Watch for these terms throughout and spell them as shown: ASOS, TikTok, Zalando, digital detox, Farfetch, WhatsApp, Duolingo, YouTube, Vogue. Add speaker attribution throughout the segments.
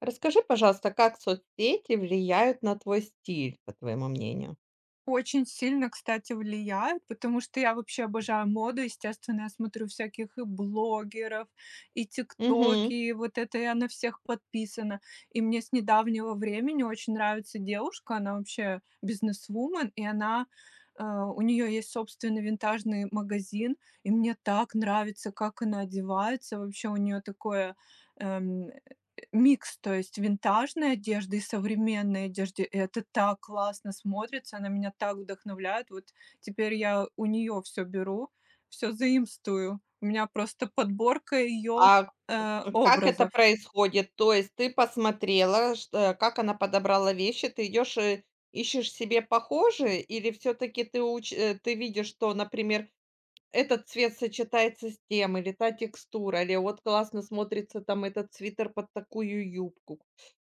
Speaker 1: Расскажи, пожалуйста, как соцсети влияют на твой стиль, по твоему мнению?
Speaker 2: Очень сильно, кстати, влияет, потому что я вообще обожаю моду. Естественно, я смотрю всяких и блогеров, и тиктоки,
Speaker 1: Мгм.
Speaker 2: и вот это я на всех подписана. И мне с недавнего времени очень нравится девушка, она вообще бизнесвумен, и она у нее есть собственный винтажный магазин, и мне так нравится, как она одевается. Вообще у нее такое эм, микс, то есть винтажной одежды и современной одежды. И это так классно смотрится, она меня так вдохновляет. Вот теперь я у нее все беру, все заимствую. У меня просто подборка ее
Speaker 1: А как это
Speaker 2: образов.
Speaker 1: происходит? То есть ты посмотрела, что как она подобрала вещи, ты идешь и ищешь себе похожие, или все-таки ты видишь, что, например, этот цвет сочетается с тем, или та текстура, или вот классно смотрится там этот свитер под такую юбку.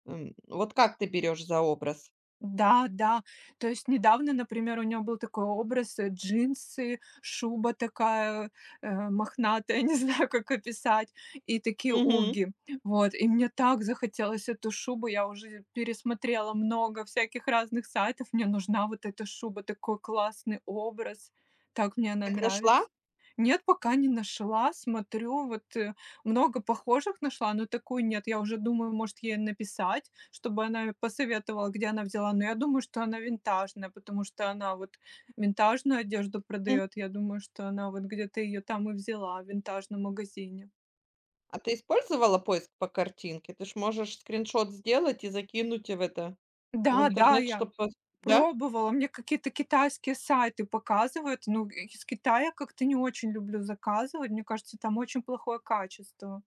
Speaker 1: Вот как ты берешь за образ?
Speaker 2: Да, да. То есть недавно, например, у него был такой образ, джинсы, шуба такая, мохнатая, не знаю, как описать, и такие
Speaker 1: Мгм.
Speaker 2: уги. Вот, и мне так захотелось эту шубу. Я уже пересмотрела много всяких разных сайтов. Мне нужна вот эта шуба, такой классный образ. Так мне она
Speaker 1: Так нашла?
Speaker 2: нравится. Нет, пока не нашла. Смотрю, вот много похожих нашла, но такую нет. Я уже думаю, может, ей написать, чтобы она посоветовала, где она взяла. Но я думаю, что она винтажная, потому что она вот винтажную одежду продает. Я думаю, что она вот где-то ее там и взяла в винтажном магазине.
Speaker 1: А ты использовала поиск по картинке? Ты ж можешь скриншот сделать и закинуть в это, в
Speaker 2: Да, да,
Speaker 1: интернет,
Speaker 2: я
Speaker 1: чтобы. Да?
Speaker 2: пробовала. Мне какие-то китайские сайты показывают. Ну, из Китая как-то не очень люблю заказывать. Мне кажется, там очень плохое качество.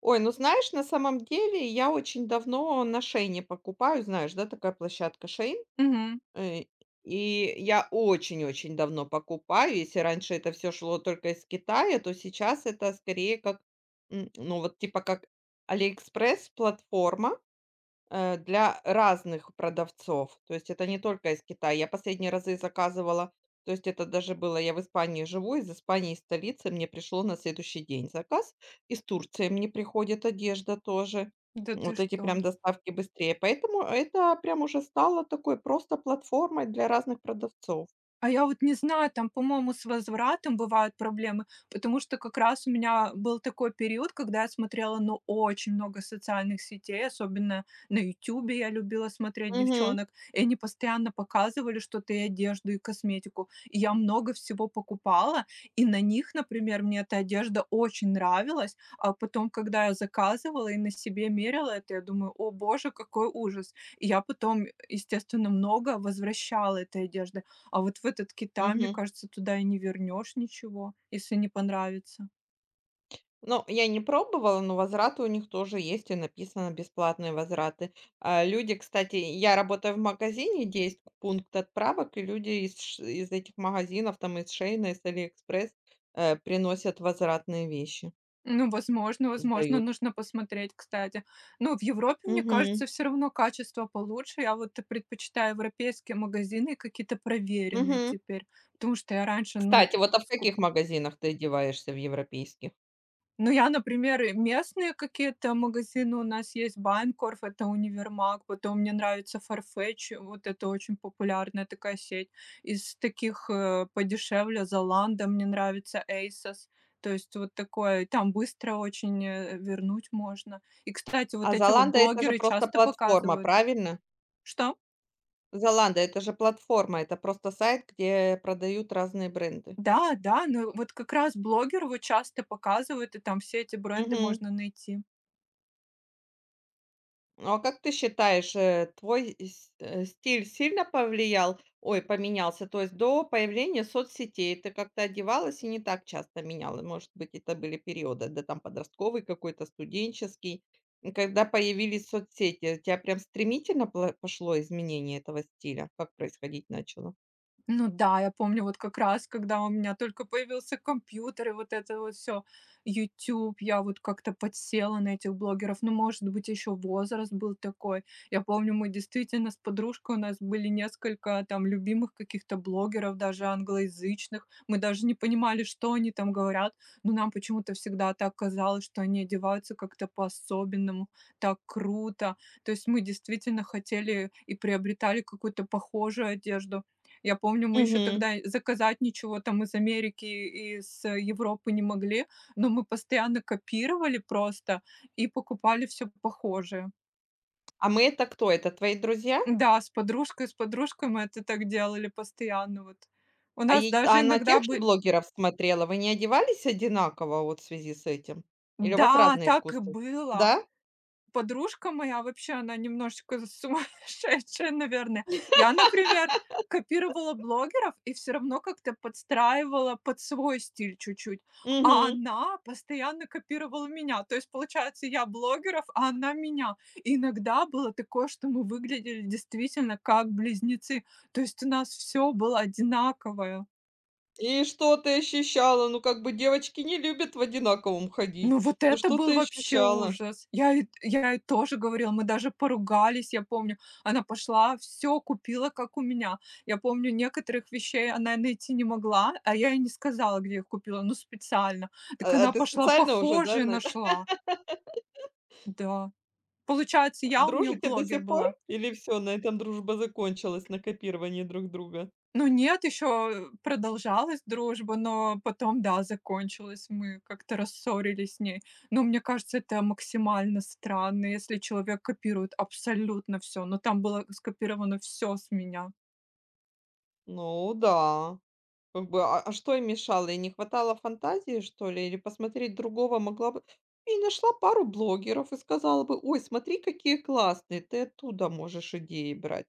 Speaker 1: Ой, ну знаешь, на самом деле я очень давно на "Шейне" покупаю. Знаешь, да, такая площадка "Шейн"?
Speaker 2: Мгм.
Speaker 1: Э, и я очень-очень давно покупаю. Если раньше это все шло только из Китая, то сейчас это скорее как, ну, вот типа как "Алиэкспресс" платформа. Для разных продавцов. То есть это не только из Китая. Я последние разы заказывала, то есть это даже было, я в Испании живу, из Испании, из столицы мне пришло на следующий день заказ. Из Турции мне приходит одежда тоже.
Speaker 2: Да ты
Speaker 1: Вот эти
Speaker 2: что?
Speaker 1: прям доставки быстрее. Поэтому это прям уже стало такой просто платформой для разных продавцов.
Speaker 2: А я вот не знаю, там, по-моему, с возвратом бывают проблемы, потому что как раз у меня был такой период, когда я смотрела, ну, очень много социальных сетей, особенно на "Ютубе" я любила смотреть
Speaker 1: Мгм.
Speaker 2: девчонок, и они постоянно показывали что-то и одежду, и косметику. И я много всего покупала, и на них, например, мне эта одежда очень нравилась, а потом, когда я заказывала и на себе мерила это, я думаю: "О боже, какой ужас". И я потом, естественно, много возвращала этой одежды. А вот в этот Китай, мне
Speaker 1: Мгм.
Speaker 2: кажется, туда и не вернешь ничего, если не понравится.
Speaker 1: Ну, я не пробовала, но возвраты у них тоже есть, и написано бесплатные возвраты. А, люди, кстати, я работаю в магазине, где есть пункт отправок, и люди из этих магазинов, там из Шейна, из Алиэкспресс, приносят возвратные вещи,
Speaker 2: Ну, возможно, возможно,
Speaker 1: сдают.
Speaker 2: нужно посмотреть, кстати. Ну, в Европе, мне
Speaker 1: Мгм.
Speaker 2: кажется, все равно качество получше. Я вот предпочитаю европейские магазины, какие-то проверенные
Speaker 1: Мгм.
Speaker 2: теперь, потому что я раньше, ну, и
Speaker 1: Кстати, вот а в каких магазинах ты одеваешься в европейских?
Speaker 2: Ну, я, например, и местные какие-то магазины у нас есть. Байндкорф- это универмаг. Потом мне нравится Farfetch. Вот это очень популярная такая сеть. Из таких, подешевле Zalando, мне нравится ASOS. То есть вот такое. И там быстро очень, вернуть можно. И, кстати, вот
Speaker 1: А
Speaker 2: эти вот
Speaker 1: Золанда это же
Speaker 2: блогеры
Speaker 1: просто
Speaker 2: часто
Speaker 1: платформа,
Speaker 2: показывают.
Speaker 1: правильно?
Speaker 2: Что?
Speaker 1: Золанда это же платформа, это просто сайт, где продают разные бренды.
Speaker 2: Да, да, ну вот как раз блогер вот часто показывают, и там все эти бренды
Speaker 1: Мгм.
Speaker 2: можно найти.
Speaker 1: Ну, а как ты считаешь, твой стиль сильно повлиял, ой, поменялся? То есть до появления соцсетей ты как-то одевалась и не так часто меняла. Может быть, это были периоды, да, там подростковый какой-то, студенческий. И когда появились соцсети, у тебя прям стремительно пошло изменение этого стиля? Как происходить начало?
Speaker 2: Ну да, я помню, вот как раз, когда у меня только появился компьютер и вот это вот все YouTube, я вот как-то подсела на этих блогеров. Ну, может быть, еще возраст был такой. Я помню, мы действительно с подружкой, у нас были несколько там любимых каких-то блогеров, даже англоязычных. Мы даже не понимали, что они там говорят, но нам почему-то всегда так казалось, что они одеваются как-то по-особенному, так круто. То есть мы действительно хотели и приобретали какую-то похожую одежду. Я помню, мы еще
Speaker 1: Мгм.
Speaker 2: тогда заказать ничего там из Америки, из Европы не могли, но мы постоянно копировали просто и покупали все похожее.
Speaker 1: А мы это кто? Это твои друзья?
Speaker 2: Да, с подружкой мы это так делали постоянно вот. У
Speaker 1: А,
Speaker 2: нас
Speaker 1: а
Speaker 2: даже
Speaker 1: она
Speaker 2: иногда
Speaker 1: тех же
Speaker 2: бы.
Speaker 1: блогеров смотрела? Вы не одевались одинаково вот в связи с этим? Или у вас
Speaker 2: Да,
Speaker 1: разные
Speaker 2: так и
Speaker 1: вкусы?
Speaker 2: было.
Speaker 1: Да?
Speaker 2: Подружка моя, вообще она немножечко сумасшедшая, наверное. Я, например, копировала блогеров и все равно как-то подстраивала под свой стиль чуть-чуть, а
Speaker 1: Мгм.
Speaker 2: она постоянно копировала меня. То есть, получается, я блогеров, а она меня. И иногда было такое, что мы выглядели действительно как близнецы. То есть у нас все было одинаковое.
Speaker 1: И что ты ощущала? Ну, как бы девочки не любят в одинаковом ходить.
Speaker 2: Ну, вот
Speaker 1: Ну,
Speaker 2: это
Speaker 1: что
Speaker 2: был
Speaker 1: ты
Speaker 2: вообще
Speaker 1: ощущала?
Speaker 2: ужас. Я ей тоже говорила, мы даже поругались, я помню. Она пошла, все купила, как у меня. Я помню, некоторых вещей она найти не могла, а я ей не сказала, где их купила, ну, специально. Так
Speaker 1: А
Speaker 2: она
Speaker 1: ты
Speaker 2: пошла,
Speaker 1: специально уже, да,
Speaker 2: похожие
Speaker 1: на
Speaker 2: нашла. Да. Получается, я у нее
Speaker 1: дружите до
Speaker 2: блогер
Speaker 1: сих пор?
Speaker 2: была.
Speaker 1: Или все на этом дружба закончилась, на копировании друг друга?
Speaker 2: Ну нет, еще продолжалась дружба, но потом, да, закончилась. Мы как-то рассорились с ней. Но мне кажется, это максимально странно, если человек копирует абсолютно все. Но там было скопировано все с меня.
Speaker 1: Ну да. Как бы, а что им мешало? И не хватало фантазии, что ли? Или посмотреть другого могла бы? И нашла пару блогеров и сказала бы: "Ой, смотри, какие классные, ты оттуда можешь идеи брать".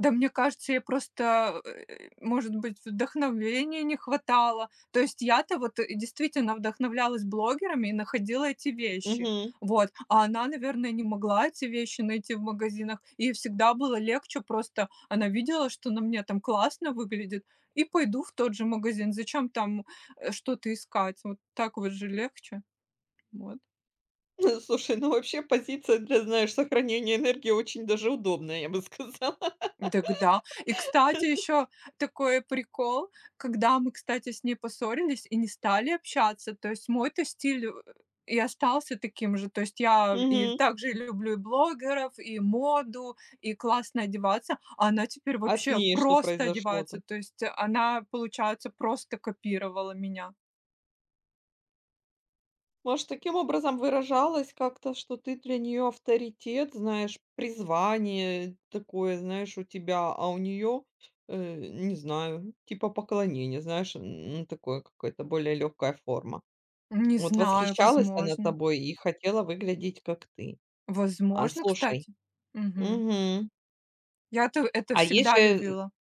Speaker 2: Да, мне кажется, я просто, может быть, вдохновения не хватало. То есть я-то вот, действительно вдохновлялась блогерами и находила эти вещи.
Speaker 1: Мгм.
Speaker 2: Вот. А она, наверное, не могла эти вещи найти в магазинах. И ей всегда было легче просто. Она видела, что на мне там классно выглядит, и пойду в тот же магазин. Зачем там, что-то искать? Вот так вот же легче. Вот.
Speaker 1: Слушай, ну вообще позиция для, знаешь, сохранения энергии очень даже удобная, я бы сказала.
Speaker 2: Дак да. И, кстати, еще такой прикол, когда мы, кстати, с ней поссорились и не стали общаться, то есть мой-то стиль, и остался таким же. То есть я и
Speaker 1: Мгм.
Speaker 2: также люблю и блогеров, и моду, и классно одеваться, а она теперь
Speaker 1: А с
Speaker 2: вообще
Speaker 1: ней что
Speaker 2: просто
Speaker 1: произошло
Speaker 2: одевается.
Speaker 1: там?
Speaker 2: То есть она, получается, просто копировала меня.
Speaker 1: Может, таким образом выражалось как-то, что ты для нее авторитет, знаешь, призвание такое, знаешь, у тебя, а у нее, не знаю, типа поклонение, знаешь, такое какое-то более легкая форма.
Speaker 2: Не
Speaker 1: Вот
Speaker 2: знаю,
Speaker 1: восхищалась она
Speaker 2: возможно.
Speaker 1: тобой и хотела выглядеть как ты. А
Speaker 2: Возможно,
Speaker 1: слушай,
Speaker 2: кстати. Мгм.
Speaker 1: мгм.
Speaker 2: Я-то это
Speaker 1: А есть
Speaker 2: всегда
Speaker 1: же,
Speaker 2: любила.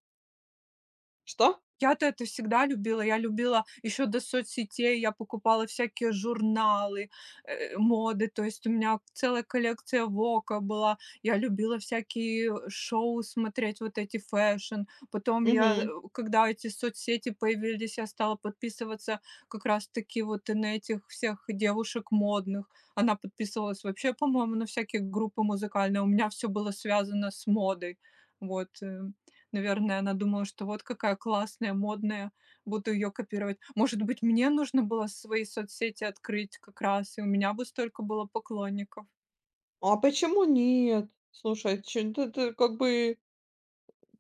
Speaker 1: что?
Speaker 2: Я-то это всегда любила. Я любила еще до соцсетей, я покупала всякие журналы, моды. То есть у меня целая коллекция "Вока" была. Я любила всякие шоу смотреть, вот эти фэшн. Потом я,
Speaker 1: Мгм.
Speaker 2: когда эти соцсети появились, я стала подписываться как раз-таки вот и на этих всех девушек модных. Она подписывалась вообще, по-моему, на всякие группы музыкальные. У меня все было связано с модой. Вот. Наверное, она думала, что вот какая классная, модная, буду ее копировать. Может быть, мне нужно было свои соцсети открыть как раз, и у меня бы столько было поклонников.
Speaker 1: А почему нет? Слушай, че ты как бы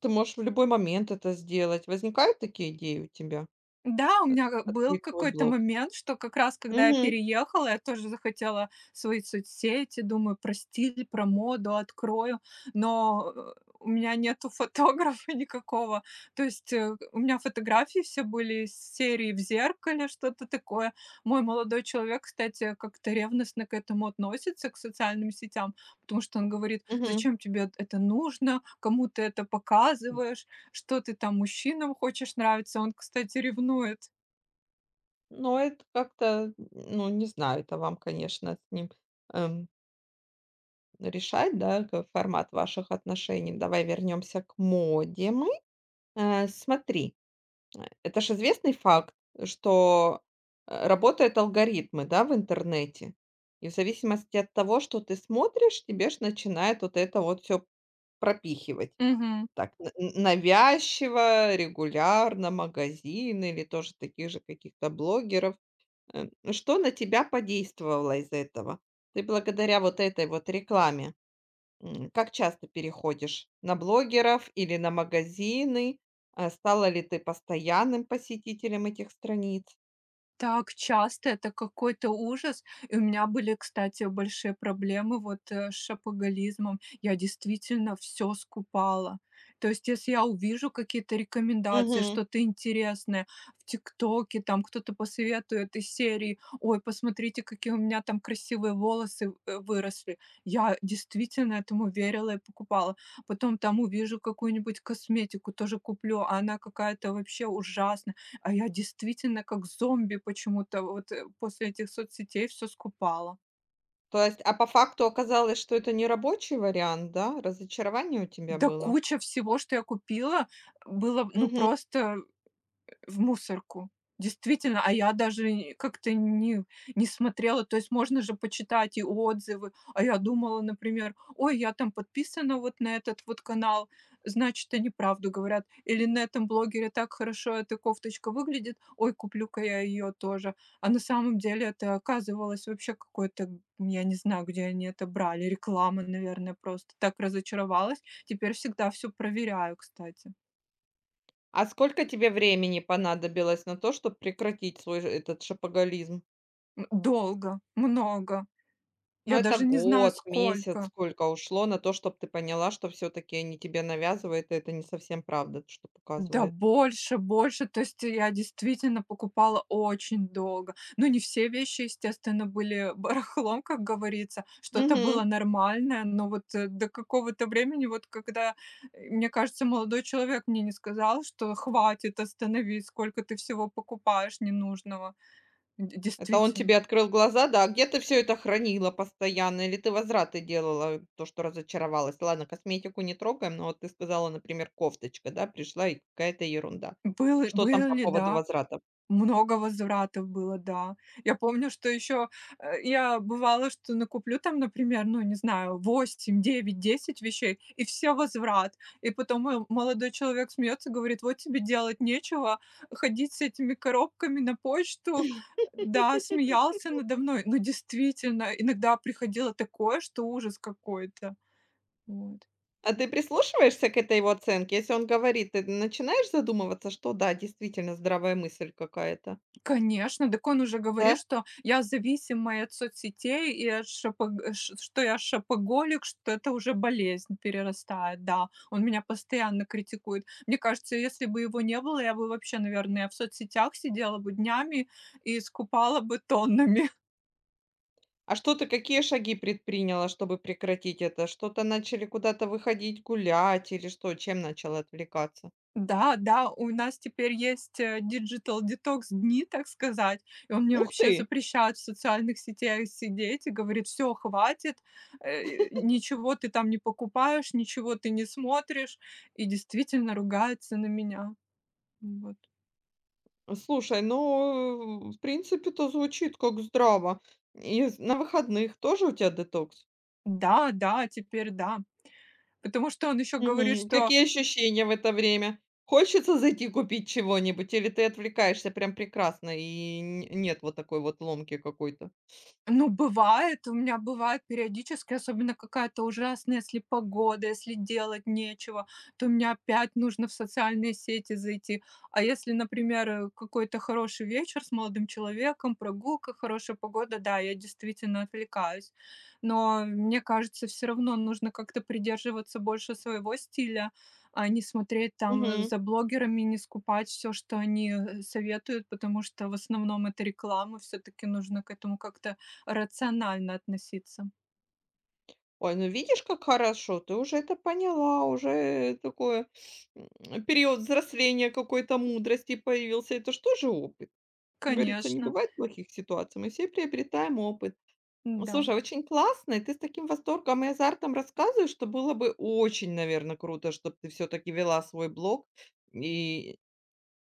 Speaker 1: ты можешь в любой момент это сделать. Возникают такие идеи у тебя?
Speaker 2: Да, у
Speaker 1: Э,
Speaker 2: меня как был
Speaker 1: Открыть свой
Speaker 2: какой-то
Speaker 1: блог?
Speaker 2: момент, что как раз когда я
Speaker 1: Мгм,
Speaker 2: переехала, я тоже захотела свои соцсети, думаю, про стиль, про моду открою, но у меня нету фотографа никакого. То есть у меня фотографии все были из серии в зеркале, что-то такое. Мой молодой человек, кстати, как-то ревностно к этому относится, к социальным сетям, потому что он говорит,
Speaker 1: мгм.
Speaker 2: зачем тебе это нужно, кому ты это показываешь, что ты там мужчинам хочешь нравиться. Он, кстати, ревнует.
Speaker 1: Но это как-то, ну, не знаю, это вам, конечно, с ним, эм, решать, да, ка формат ваших отношений. Давай вернемся к моде мы. Смотри. Это же известный факт, что, работают алгоритмы, да, в интернете. И в зависимости от того, что ты смотришь, тебе ж начинает вот это вот все пропихивать.
Speaker 2: Мгм.
Speaker 1: Так н н навязчиво, регулярно, магазины или тоже таких же каких-то блогеров. Э, Что на тебя подействовало из этого? Ты благодаря вот этой вот рекламе. Как часто переходишь? На блогеров или на магазины? А, стала ли ты постоянным посетителем этих страниц?
Speaker 2: Так часто, это какой-то ужас. И у меня были, кстати, большие проблемы вот, с шопоголизмом. Я действительно все скупала. То есть, если я увижу какие-то рекомендации,
Speaker 1: Мгм.
Speaker 2: что-то интересное в "Тиктоке", там кто-то посоветует из серии: "Ой, посмотрите, какие у меня там красивые волосы, выросли". Я действительно этому верила и покупала. Потом там увижу какую-нибудь косметику, тоже куплю, а она какая-то вообще ужасная. А я действительно как зомби почему-то вот, после этих соцсетей все скупала.
Speaker 1: То есть, а по факту оказалось, что это не рабочий вариант, да? Разочарование у тебя
Speaker 2: Да
Speaker 1: было?
Speaker 2: куча всего, что я купила, было, ну,
Speaker 1: Мгм.
Speaker 2: просто в мусорку. Действительно, а я даже как-то не смотрела. То есть можно же почитать и отзывы. А я думала, например: "Ой, я там подписана вот на этот вот канал, значит, они правду говорят". Или "На этом блогере так хорошо эта кофточка выглядит. Ой, куплю-ка я ее тоже". А на самом деле это оказывалось вообще какой-то, я не знаю, где они это брали, реклама, наверное, просто. Так разочаровалась. Теперь всегда все проверяю, кстати.
Speaker 1: А сколько тебе времени понадобилось на то, чтобы прекратить этот шопоголизм?
Speaker 2: Долго, много.
Speaker 1: Ну,
Speaker 2: Я
Speaker 1: это
Speaker 2: даже не знаю
Speaker 1: год, месяц,
Speaker 2: сколько.
Speaker 1: сколько ушло на то, чтобы ты поняла, что все-таки они тебе навязывают, и это не совсем правда, что
Speaker 2: Да
Speaker 1: показывают.
Speaker 2: больше, больше. То есть я действительно покупала очень долго. Ну, не все вещи, естественно, были барахлом, как говорится. Что-то было
Speaker 1: Мгм.
Speaker 2: нормальное, но вот до какого-то времени, вот когда, мне кажется, молодой человек мне не сказал, что хватит, остановись, сколько ты всего покупаешь ненужного.
Speaker 1: Это он
Speaker 2: Действительно.
Speaker 1: тебе открыл глаза, да? А где ты все это хранила постоянно? Или ты возвраты делала, то, что разочаровалась? Ладно, косметику не трогаем, но вот ты сказала, например, кофточка, да, пришла и какая-то ерунда.
Speaker 2: Были,
Speaker 1: Что там по
Speaker 2: были,
Speaker 1: поводу
Speaker 2: да.
Speaker 1: возврата?
Speaker 2: Много возвратов было, да. Я помню, что еще, я бывало, что накуплю там, например, ну, не знаю, 8, 9, 10 вещей, и все возврат. И потом мой молодой человек смеется, говорит: "Вот тебе делать нечего, ходить с этими коробками на почту". Да, смеялся надо мной, но действительно, иногда приходило такое, что ужас какой-то. Вот.
Speaker 1: А ты прислушиваешься к этой его оценке? Если он говорит, ты начинаешь задумываться, что да, действительно здравая мысль какая-то,
Speaker 2: Конечно, дак он уже говорит,
Speaker 1: да?
Speaker 2: что я зависимая от соцсетей и от шопог ш что я шопоголик, что это уже болезнь перерастает, да. Он меня постоянно критикует. Мне кажется, если бы его не было, я бы вообще, наверное, в соцсетях сидела бы днями и скупала бы тоннами.
Speaker 1: А что ты, какие шаги предприняла, чтобы прекратить это? Что-то начали куда-то выходить гулять или что? Чем начала отвлекаться?
Speaker 2: Да, да, у нас теперь есть, digital detox дни, так сказать, и он мне
Speaker 1: Ух
Speaker 2: вообще
Speaker 1: ты!
Speaker 2: запрещает в социальных сетях сидеть и говорит: все, хватит, ничего ты там не покупаешь, ничего ты не смотришь". И действительно ругается на меня. Вот.
Speaker 1: Слушай, ну, в принципе-то звучит как здраво. И з на выходных тоже у тебя детокс?
Speaker 2: Да, да, теперь да. Потому что он еще говорит,
Speaker 1: Мгм.
Speaker 2: что.
Speaker 1: Какие ощущения в это время? Хочется зайти купить чего-нибудь или ты отвлекаешься прям прекрасно и н нет вот такой вот ломки какой-то?
Speaker 2: Ну, бывает, у меня бывает периодически, особенно какая-то ужасная, если погода, если делать нечего, то мне опять нужно в социальные сети зайти. А если, например, какой-то хороший вечер с молодым человеком, прогулка, хорошая погода, да, я действительно отвлекаюсь. Но мне кажется, все равно нужно как-то придерживаться больше своего стиля, а не смотреть там
Speaker 1: Мгм.
Speaker 2: за блогерами, не скупать все, что они советуют, потому что в основном это реклама, все-таки нужно к этому как-то рационально относиться.
Speaker 1: Ой, ну видишь, как хорошо, ты уже это поняла, уже такое, период взросления, какой-то мудрости появился. Это ж тоже опыт. Говорится, не
Speaker 2: Конечно,
Speaker 1: бывает плохих ситуаций, мы все приобретаем опыт.
Speaker 2: да,
Speaker 1: Слушай, очень классно, и ты с таким восторгом и азартом рассказываешь, что было бы очень, наверное, круто, чтобы ты все таки вела свой блог. И,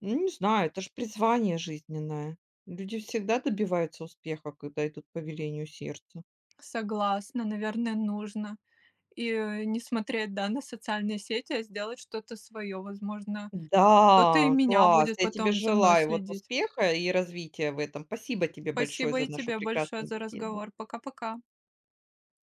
Speaker 1: ну, не знаю, это ж призвание жизненное. Люди всегда добиваются успеха, когда идут по велению сердца.
Speaker 2: согласна, наверное, нужно. И, не смотреть, да, на социальные сети, а сделать что-то свое. Возможно, кто-то и
Speaker 1: Да,
Speaker 2: меня
Speaker 1: класс!
Speaker 2: будет
Speaker 1: Я тебе
Speaker 2: потом за мной
Speaker 1: желаю вот
Speaker 2: следить.
Speaker 1: успеха и развития в этом. Спасибо тебе большое
Speaker 2: Спасибо
Speaker 1: за
Speaker 2: и
Speaker 1: нашу
Speaker 2: тебе большое
Speaker 1: прекрасную
Speaker 2: за
Speaker 1: беседу.
Speaker 2: разговор. Пока-пока.